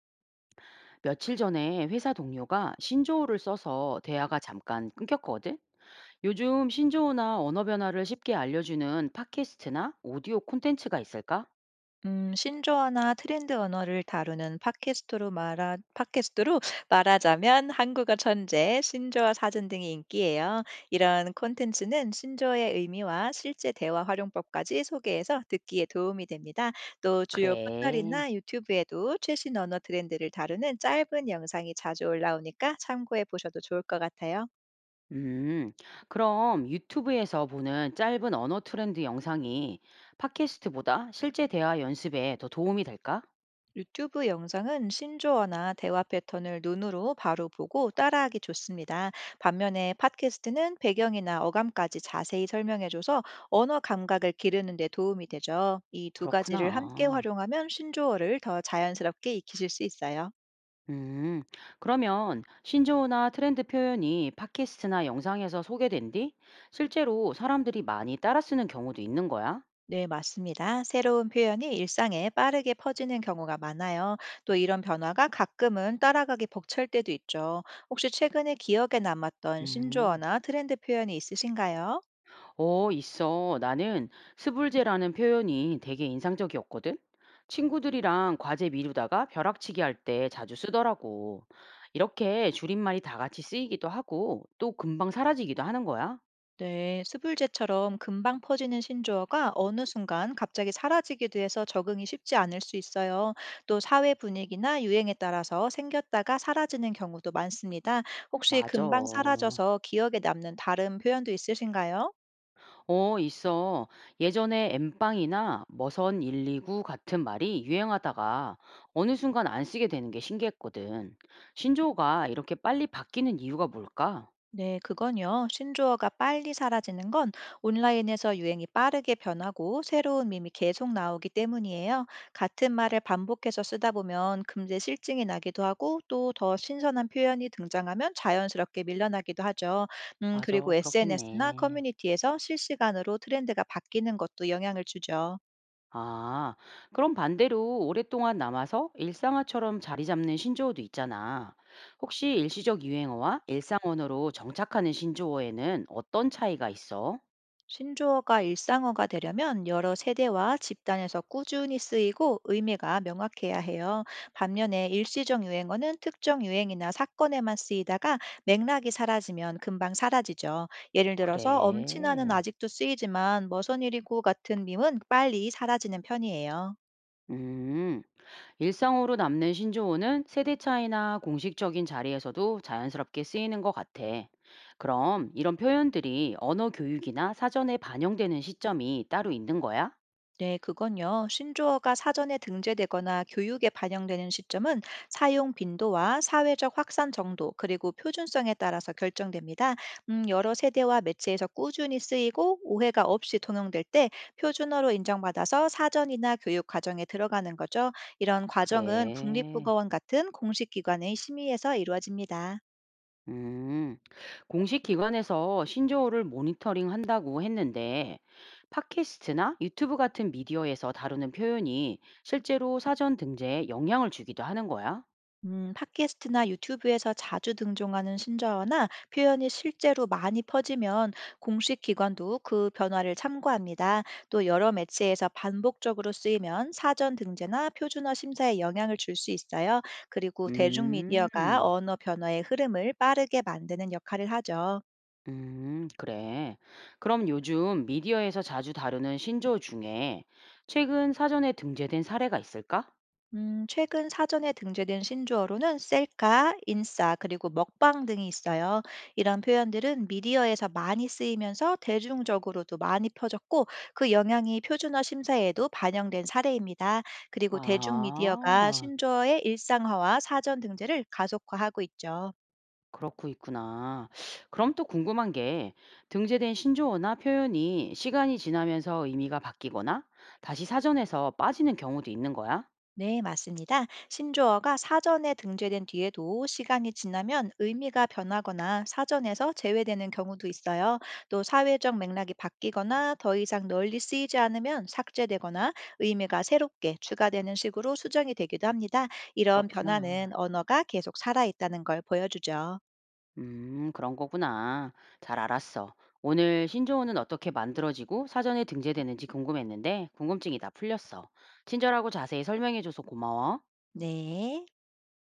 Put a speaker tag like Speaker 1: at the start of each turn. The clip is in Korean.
Speaker 1: 며칠 전에 회사 동료가 신조어를 써서 대화가 잠깐 끊겼거든? 요즘 신조어나 언어 변화를 쉽게 알려주는 팟캐스트나 오디오 콘텐츠가 있을까?
Speaker 2: 신조어나 트렌드 언어를 다루는 팟캐스트로 말하자면 한국어 천재, 신조어 사전 등이 인기예요. 이런 콘텐츠는 신조어의 의미와 실제 대화 활용법까지 소개해서 듣기에 도움이 됩니다. 또 주요
Speaker 1: 그래.
Speaker 2: 포털이나 유튜브에도 최신 언어 트렌드를 다루는 짧은 영상이 자주 올라오니까 참고해 보셔도 좋을 것 같아요.
Speaker 1: 음, 그럼 유튜브에서 보는 짧은 언어 트렌드 영상이 팟캐스트보다 실제 대화 연습에 더 도움이 될까?
Speaker 2: 유튜브 영상은 신조어나 대화 패턴을 눈으로 바로 보고 따라하기 좋습니다. 반면에 팟캐스트는 배경이나 어감까지 자세히 설명해줘서 언어 감각을 기르는 데 도움이 되죠. 이 두 가지를 함께
Speaker 1: 그렇구나.
Speaker 2: 활용하면 신조어를 더 자연스럽게 익히실 수 있어요.
Speaker 1: 음, 그러면 신조어나 트렌드 표현이 팟캐스트나 영상에서 소개된 뒤 실제로 사람들이 많이 따라 쓰는 경우도 있는 거야?
Speaker 2: 네, 맞습니다. 새로운 표현이 일상에 빠르게 퍼지는 경우가 많아요. 또 이런 변화가 가끔은 따라가기 벅찰 때도 있죠. 혹시 최근에 기억에 남았던
Speaker 1: 음,
Speaker 2: 신조어나 트렌드 표현이 있으신가요?
Speaker 1: 어, 있어. 나는 스불제라는 표현이 되게 인상적이었거든. 친구들이랑 과제 미루다가 벼락치기 할 때 자주 쓰더라고. 이렇게 줄임말이 다 같이 쓰이기도 하고 또 금방 사라지기도 하는 거야?
Speaker 2: 네, 스불제처럼 금방 퍼지는 신조어가 어느 순간 갑자기 사라지기도 해서 적응이 쉽지 않을 수 있어요. 또 사회 분위기나 유행에 따라서 생겼다가 사라지는 경우도 많습니다. 혹시
Speaker 1: 맞아.
Speaker 2: 금방 사라져서 기억에 남는 다른 표현도 있으신가요?
Speaker 1: 어, 있어. 예전에 엠빵이나 머선 129 같은 말이 유행하다가 어느 순간 안 쓰게 되는 게 신기했거든. 신조어가 이렇게 빨리 바뀌는 이유가 뭘까?
Speaker 2: 네, 그건요. 신조어가 빨리 사라지는 건 온라인에서 유행이 빠르게 변하고 새로운 밈이 계속 나오기 때문이에요. 같은 말을 반복해서 쓰다 보면 금세 실증이 나기도 하고 또 더 신선한 표현이 등장하면 자연스럽게 밀려나기도 하죠. 그리고
Speaker 1: 맞아,
Speaker 2: SNS나
Speaker 1: 그렇겠네.
Speaker 2: 커뮤니티에서 실시간으로 트렌드가 바뀌는 것도 영향을 주죠.
Speaker 1: 아, 그럼 반대로 오랫동안 남아서 일상어처럼 자리 잡는 신조어도 있잖아. 혹시 일시적 유행어와 일상 언어로 정착하는 신조어에는 어떤 차이가 있어?
Speaker 2: 신조어가 일상어가 되려면 여러 세대와 집단에서 꾸준히 쓰이고 의미가 명확해야 해요. 반면에 일시적 유행어는 특정 유행이나 사건에만 쓰이다가 맥락이 사라지면 금방 사라지죠. 예를 들어서 엄친아는
Speaker 1: 그래.
Speaker 2: 아직도 쓰이지만 머선일이고 같은 밈은 빨리 사라지는 편이에요.
Speaker 1: 음. 일상어로 남는 신조어는 세대 차이나 공식적인 자리에서도 자연스럽게 쓰이는 것 같아. 그럼 이런 표현들이 언어 교육이나 사전에 반영되는 시점이 따로 있는 거야?
Speaker 2: 네, 그건요. 신조어가 사전에 등재되거나 교육에 반영되는 시점은 사용 빈도와 사회적 확산 정도, 그리고 표준성에 따라서 결정됩니다. 여러 세대와 매체에서 꾸준히 쓰이고 오해가 없이 통용될 때 표준어로 인정받아서 사전이나 교육 과정에 들어가는 거죠. 이런
Speaker 1: 그래.
Speaker 2: 과정은 국립국어원 같은 공식 기관의 심의에서 이루어집니다.
Speaker 1: 음, 공식 기관에서 신조어를 모니터링 한다고 했는데, 팟캐스트나 유튜브 같은 미디어에서 다루는 표현이 실제로 사전 등재에 영향을 주기도 하는 거야?
Speaker 2: 팟캐스트나 유튜브에서 자주 등장하는 신조어나 표현이 실제로 많이 퍼지면 공식 기관도 그 변화를 참고합니다. 또 여러 매체에서 반복적으로 쓰이면 사전 등재나 표준어 심사에 영향을 줄 수 있어요. 그리고 대중미디어가
Speaker 1: 음.
Speaker 2: 언어 변화의 흐름을 빠르게 만드는 역할을 하죠.
Speaker 1: 그래. 그럼 요즘 미디어에서 자주 다루는 신조어 중에 최근 사전에 등재된 사례가 있을까?
Speaker 2: 최근 사전에 등재된 신조어로는 셀카, 인싸, 그리고 먹방 등이 있어요. 이런 표현들은 미디어에서 많이 쓰이면서 대중적으로도 많이 퍼졌고 그 영향이 표준어 심사에도 반영된 사례입니다. 그리고 대중미디어가
Speaker 1: 아,
Speaker 2: 신조어의 일상화와 사전 등재를 가속화하고 있죠.
Speaker 1: 그렇고 있구나. 그럼 또 궁금한 게 등재된 신조어나 표현이 시간이 지나면서 의미가 바뀌거나 다시 사전에서 빠지는 경우도 있는 거야?
Speaker 2: 네, 맞습니다. 신조어가 사전에 등재된 뒤에도 시간이 지나면 의미가 변하거나 사전에서 제외되는 경우도 있어요. 또 사회적 맥락이 바뀌거나 더 이상 널리 쓰이지 않으면 삭제되거나 의미가 새롭게 추가되는 식으로 수정이 되기도 합니다. 이런 변화는
Speaker 1: 그렇구나.
Speaker 2: 언어가 계속 살아있다는 걸 보여주죠.
Speaker 1: 그런 거구나. 잘 알았어. 오늘 신조어는 어떻게 만들어지고 사전에 등재되는지 궁금했는데 궁금증이 다 풀렸어. 친절하고 자세히 설명해줘서 고마워.
Speaker 2: 네.